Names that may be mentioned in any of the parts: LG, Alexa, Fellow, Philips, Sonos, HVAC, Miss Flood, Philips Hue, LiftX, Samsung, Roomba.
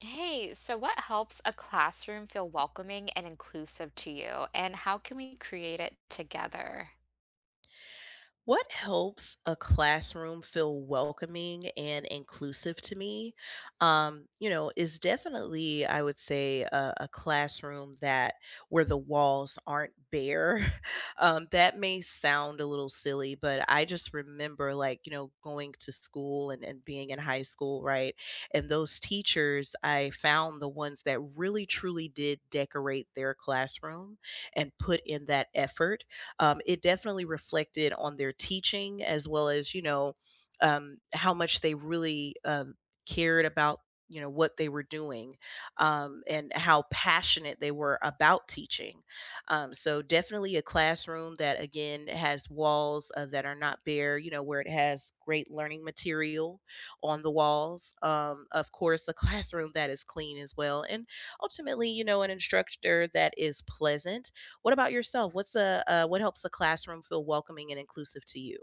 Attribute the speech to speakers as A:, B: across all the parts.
A: Hey, so what helps a classroom feel welcoming and inclusive to you, and how can we create it together?
B: What helps a classroom feel welcoming and inclusive to me, you know, is definitely, I would say, a classroom that where the walls aren't bare. That may sound a little silly, but I just remember, like, you know, going to school and being in high school, right? And those teachers, I found the ones that really truly did decorate their classroom and put in that effort. It definitely reflected on their teaching, as well as, you know, how much they really cared about, you know, what they were doing, and how passionate they were about teaching. So definitely a classroom that again has walls, that are not bare, you know, where it has great learning material on the walls. Of course, a classroom that is clean as well, and ultimately, you know, an instructor that is pleasant. What about yourself? What's a what helps the classroom feel welcoming and inclusive to you?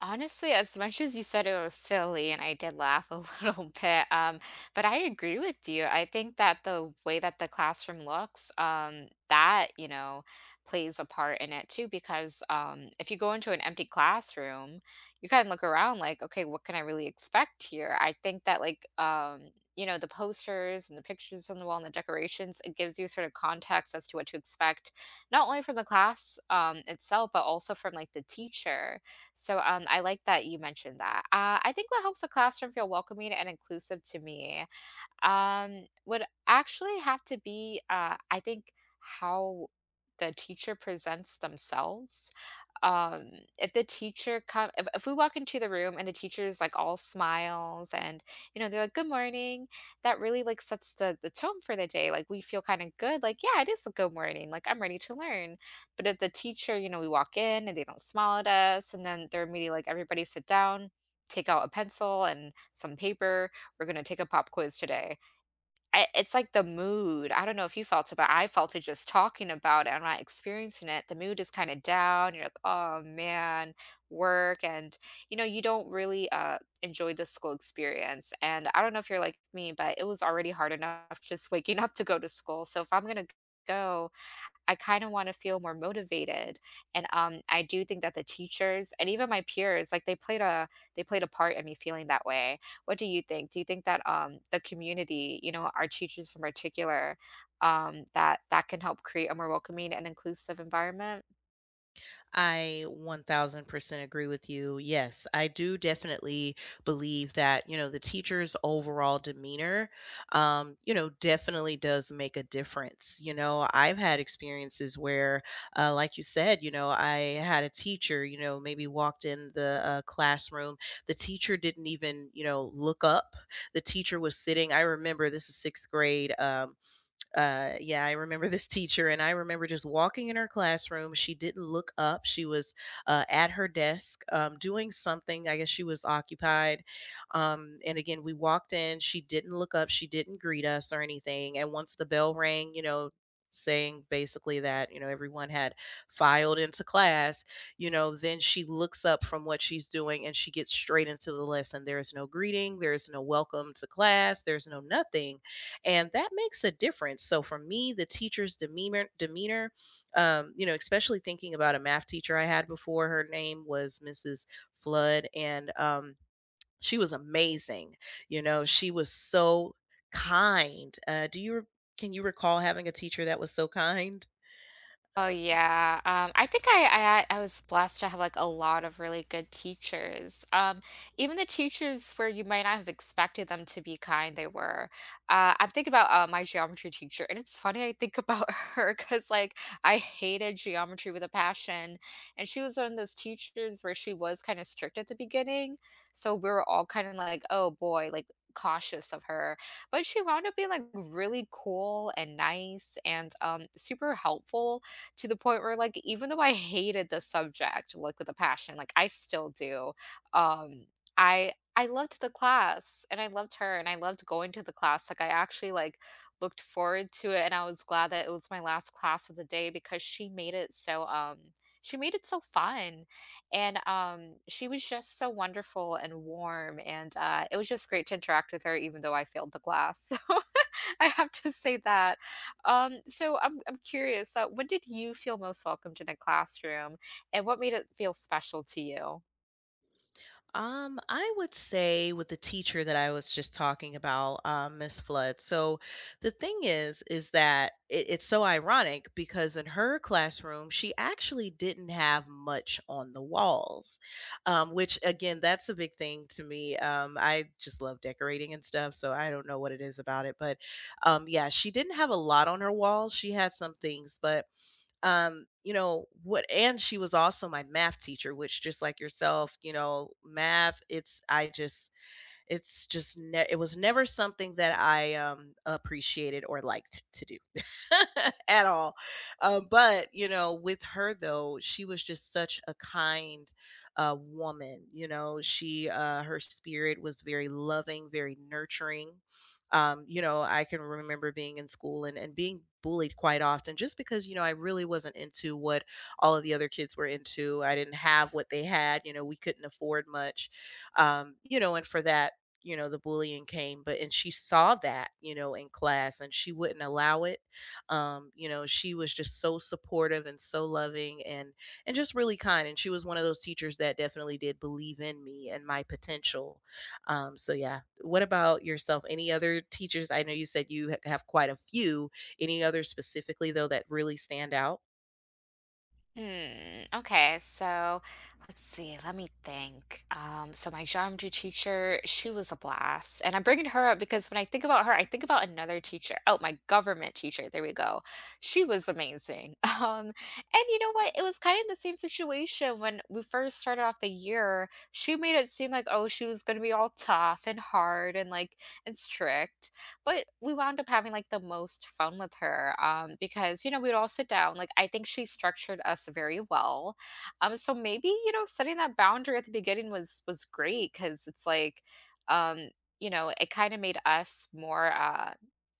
A: Honestly, as much as you said it was silly, and I did laugh a little bit, but I agree with you. I think that the way that the classroom looks, plays a part in it too, because if you go into an empty classroom, you kind of look around like, okay, what can I really expect here? I think that, like, the posters and the pictures on the wall and the decorations, it gives you sort of context as to what to expect, not only from the class itself, but also from like the teacher. So I like that you mentioned that. I think what helps a classroom feel welcoming and inclusive to me would actually have to be, I think, how the teacher presents themselves. Um if the teacher come if, if we walk into the room and the teacher's like all smiles and they're like, good morning, that really like sets the tone for the day, like we feel kind of good, like yeah it is a good morning, like I'm ready to learn. But if the teacher, we walk in and they don't smile at us, and then they're immediately like, everybody sit down, take out a pencil and some paper, we're going to take a pop quiz today. I it's like the mood. I don't know if you felt it, but I felt it just talking about it. I'm not experiencing it. The mood is kind of down. You're like, oh man, work. And you don't really enjoy the school experience. And I don't know if you're like me, but it was already hard enough just waking up to go to school. So if I'm going to go, I kind of want to feel more motivated. And I do think that the teachers and even my peers, like they played a part in me feeling that way. What do you think? Do you think that the community, our teachers in particular, that can help create a more welcoming and inclusive environment?
B: I 1000% agree with you. Yes, I do definitely believe that, you know, the teacher's overall demeanor, you know, definitely does make a difference. You know, I've had experiences where, like you said, you know, I had a teacher, you know, maybe walked in the classroom. The teacher didn't even, you know, look up. The teacher was sitting, I remember this is sixth grade, yeah, I remember this teacher, and I remember just walking in her classroom. She didn't look up. She was at her desk, doing something. I guess she was occupied. And again, we walked in. She didn't look up. She didn't greet us or anything. And once the bell rang, you know, saying basically that, you know, everyone had filed into class, you know, then she looks up from what she's doing and she gets straight into the lesson. There is no greeting. There is no welcome to class. There's no nothing, and that makes a difference. So for me, the teacher's demeanor, you know, especially thinking about a math teacher I had before, her name was Mrs. Flood, and she was amazing. You know, she was so kind. Can you recall having a teacher that was so kind?
A: Oh yeah. I think I was blessed to have like a lot of really good teachers. Even the teachers where you might not have expected them to be kind, they were. I'm thinking about my geometry teacher, and it's funny I think about her because like I hated geometry with a passion, and she was one of those teachers where she was kind of strict at the beginning, so we were all kind of like, oh boy, like cautious of her, but she wound up being like really cool and nice and super helpful, to the point where, like, even though I hated the subject, like, with a passion, like, I still do, um, I loved the class, and I loved her, and I loved going to the class, like, I actually, like, looked forward to it, and I was glad that it was my last class of the day because she made it so fun, and, she was just so wonderful and warm, and, it was just great to interact with her even though I failed the class. I have to say that. So I'm curious. When did you feel most welcomed in a classroom, and what made it feel special to you?
B: I would say with the teacher that I was just talking about, Miss Flood. So the thing is that it's so ironic because in her classroom, she actually didn't have much on the walls, which again, that's a big thing to me. I just love decorating and stuff, so I don't know what it is about it, but yeah, she didn't have a lot on her walls. She had some things, but um, you know what, and she was also my math teacher, which, just like yourself, you know, math, it's I just it's just ne- it was never something that I, appreciated or liked to do at all. But you know, with her though, she was just such a kind woman. You know, she her spirit was very loving, very nurturing. You know, I can remember being in school and being bullied quite often just because, you know, I really wasn't into what all of the other kids were into. I didn't have what they had. You know, we couldn't afford much. You know, and for that, you know, the bullying came, but and she saw that, you know, in class and she wouldn't allow it. You know, she was just so supportive and so loving and just really kind. And she was one of those teachers that definitely did believe in me and my potential. So yeah. What about yourself? Any other teachers? I know you said you have quite a few. Any others specifically though that really stand out?
A: Hmm, okay, so let's see, let me think. So my geometry teacher, she was a blast. And I'm bringing her up because when I think about her, I think about another teacher. Oh, my government teacher. There we go. She was amazing. And you know what? It was kind of the same situation when we first started off the year. She made it seem like, oh, she was going to be all tough and hard and strict. But we wound up having, like, the most fun with her, because, we'd all sit down, like, I think she structured us very well. So maybe, setting that boundary at the beginning was great because it's like, um, it kinda made us more, uh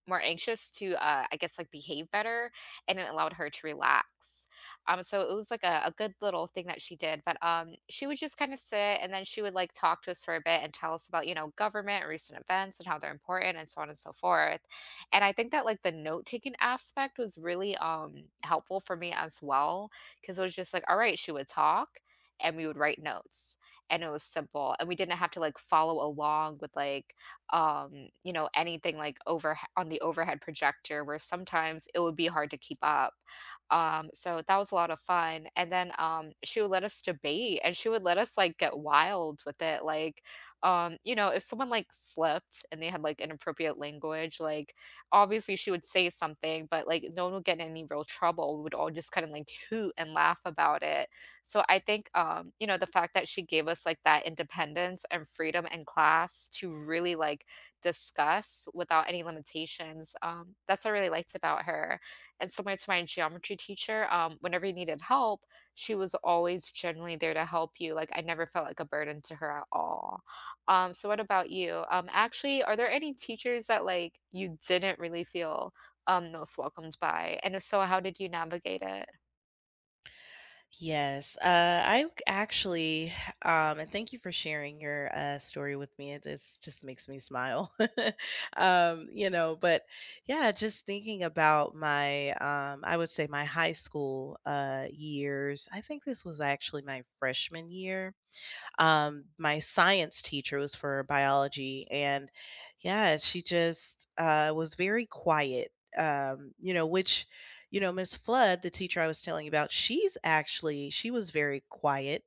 A: more anxious to, I guess, like, behave better, and it allowed her to relax. So it was like a good little thing that she did. But she would just kind of sit, and then she would like talk to us for a bit and tell us about, government, recent events and how they're important and so on and so forth. And I think that like the note taking aspect was really helpful for me as well. Cause it was just like, all right, she would talk and we would write notes. And it was simple. And we didn't have to like follow along with like anything like over on the overhead projector where sometimes it would be hard to keep up. So that was a lot of fun. And then she would let us debate, and she would let us like get wild with it. Like, if someone like slipped and they had like inappropriate language, like obviously she would say something, but like no one would get in any real trouble. We would all just kind of like hoot and laugh about it. So I think, the fact that she gave us like that independence and freedom in class to really like discuss without any limitations, that's what I really liked about her. And similar to my geometry teacher, whenever you needed help, she was always generally there to help you. Like I never felt like a burden to her at all. So what about you? Actually, are there any teachers that like you didn't really feel most welcomed by? And if so, how did you navigate it?
B: Yes, I actually, and thank you for sharing your story with me. Just makes me smile, you know. But yeah, just thinking about my, I would say my high school years. I think this was actually my freshman year, my science teacher was for biology, and yeah, she just was very quiet. You know, Miss Flood, the teacher I was telling you about, she was very quiet,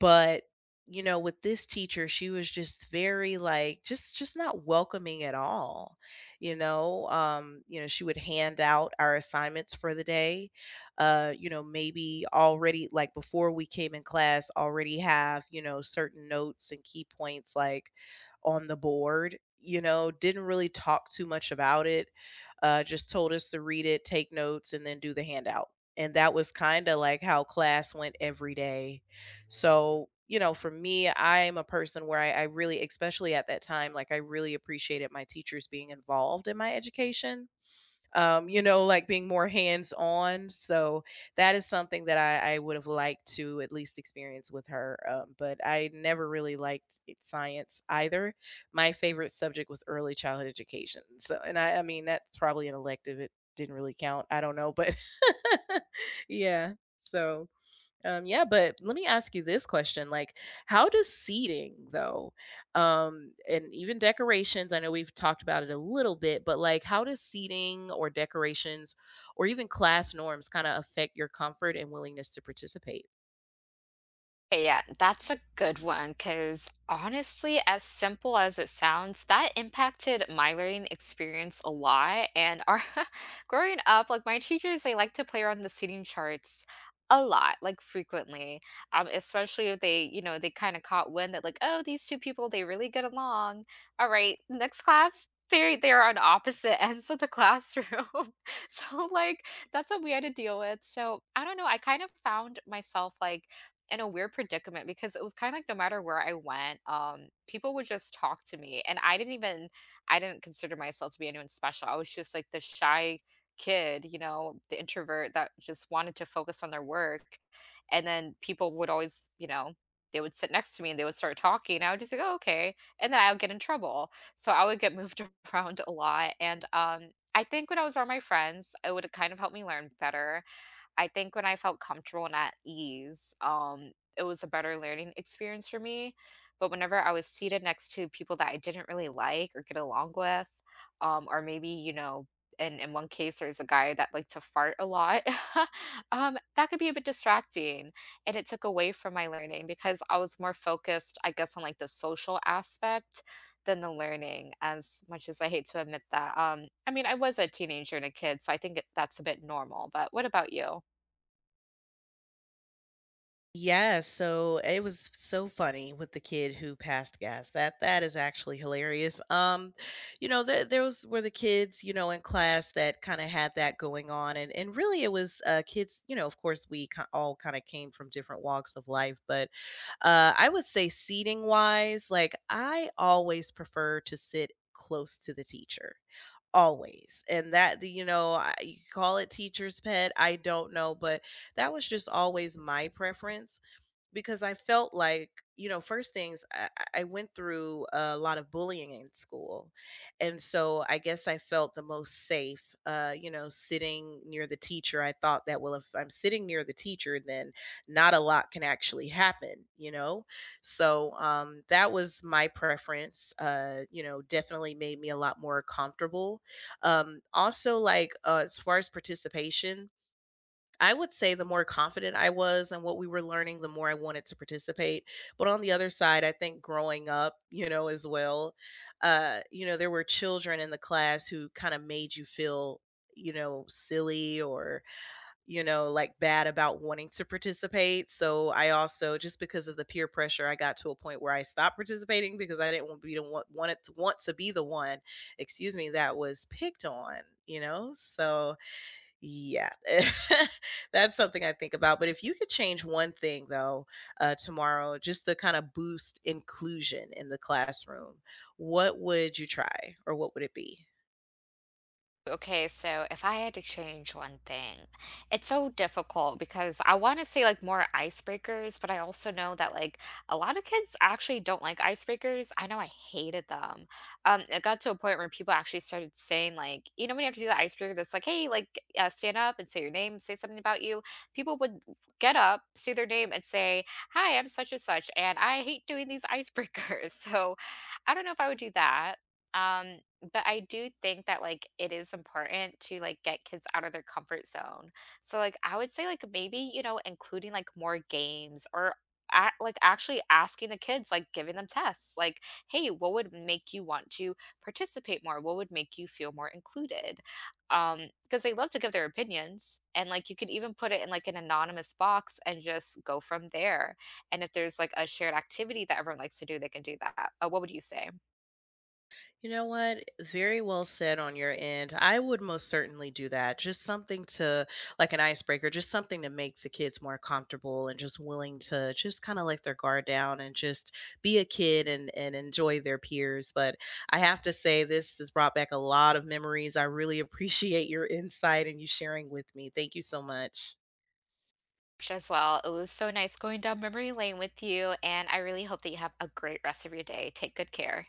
B: but, you know, with this teacher, she was just very, like, just not welcoming at all. You know, she would hand out our assignments for the day. You know, maybe already like before we came in class, already have, you know, certain notes and key points, like, on the board. You know, didn't really talk too much about it. Just told us to read it, take notes, and then do the handout. And that was kind of like how class went every day. So, you know, for me, I'm a person where I really, especially at that time, like I really appreciated my teachers being involved in my education. You know, like being more hands on. So that is something that I would have liked to at least experience with her. But I never really liked it, science either. My favorite subject was early childhood education. So, and I mean, that's probably an elective. It didn't really count. I don't know. But yeah. So. Yeah, but let me ask you this question. Like, how does seating though, and even decorations, I know we've talked about it a little bit, but like how does seating or decorations or even class norms kind of affect your comfort and willingness to participate?
A: Okay, yeah, that's a good one because honestly, as simple as it sounds, that impacted my learning experience a lot. And our growing up, like my teachers, they like to play around the seating charts a lot, like frequently. Especially if they kind of caught wind that like, oh, these two people, they really get along. All right, next class. They are on opposite ends of the classroom. So like that's what we had to deal with. So I don't know. I kind of found myself like in a weird predicament because it was kind of like no matter where I went, people would just talk to me. And I didn't consider myself to be anyone special. I was just like the shy kid, the introvert that just wanted to focus on their work. And then people would always, they would sit next to me and they would start talking. And I would just like, oh, okay. And then I would get in trouble. So I would get moved around a lot. And I think when I was around my friends, it would kind of help me learn better. I think when I felt comfortable and at ease, it was a better learning experience for me. But whenever I was seated next to people that I didn't really like or get along with, or maybe, and in one case, there's a guy that liked to fart a lot. That could be a bit distracting. And it took away from my learning because I was more focused, I guess, on like the social aspect than the learning, as much as I hate to admit that. I mean, I was a teenager and a kid, so I think that's a bit normal. But what about you?
B: Yes, so it was so funny with the kid who passed gas. That is actually hilarious. You know, th those were the kids, you know, in class that kind of had that going on, and really it was kids. You know, of course, we ki all kind of came from different walks of life, but I would say seating wise, like I always prefer to sit close to the teacher. Always. And that, you know, you call it teacher's pet. I don't know, but that was just always my preference because I felt like, you know, first things I, I went through a lot of bullying in school. And so I guess I felt the most safe, you know, sitting near the teacher. I thought that, well, if I'm sitting near the teacher, then not a lot can actually happen, you know? So that was my preference, you know, definitely made me a lot more comfortable. Also, like, as far as participation, I would say the more confident I was and what we were learning, the more I wanted to participate. But on the other side, I think growing up, you know, as well, you know, there were children in the class who kind of made you feel, you know, silly or, you know, like bad about wanting to participate. So I also, just because of the peer pressure, I got to a point where I stopped participating because I didn't want to be the one, wanted to want to be the one, excuse me, that was picked on, you know? So yeah, that's something I think about. But if you could change one thing, though, tomorrow, just to kind of boost inclusion in the classroom, what would you try or what would it be?
A: Okay, so if I had to change one thing, it's so difficult because I want to say like more icebreakers, but I also know that like a lot of kids actually don't like icebreakers. I know I hated them. It got to a point where people actually started saying like, when you have to do the icebreaker, that's like, hey, like stand up and say your name, say something about you. People would get up, say their name, and say, "Hi, I'm such and such," and I hate doing these icebreakers. So I don't know if I would do that. But I do think that, like, it is important to, like, get kids out of their comfort zone. So, like, I would say, like, maybe, including, like, more games, or actually asking the kids, like, giving them tests, like, "Hey, what would make you want to participate more? What would make you feel more included?" Um, because they love to give their opinions, and, like, you could even put it in, like, an anonymous box and just go from there. And if there's, like, a shared activity that everyone likes to do, they can do that. What would you say?
B: You know what? Very well said on your end. I would most certainly do that. Just something to, like an icebreaker, just something to make the kids more comfortable and just willing to just kind of let their guard down and just be a kid and enjoy their peers. But I have to say, this has brought back a lot of memories. I really appreciate your insight and you sharing with me. Thank you so much.
A: As well. It was so nice going down memory lane with you, and I really hope that you have a great rest of your day. Take good care.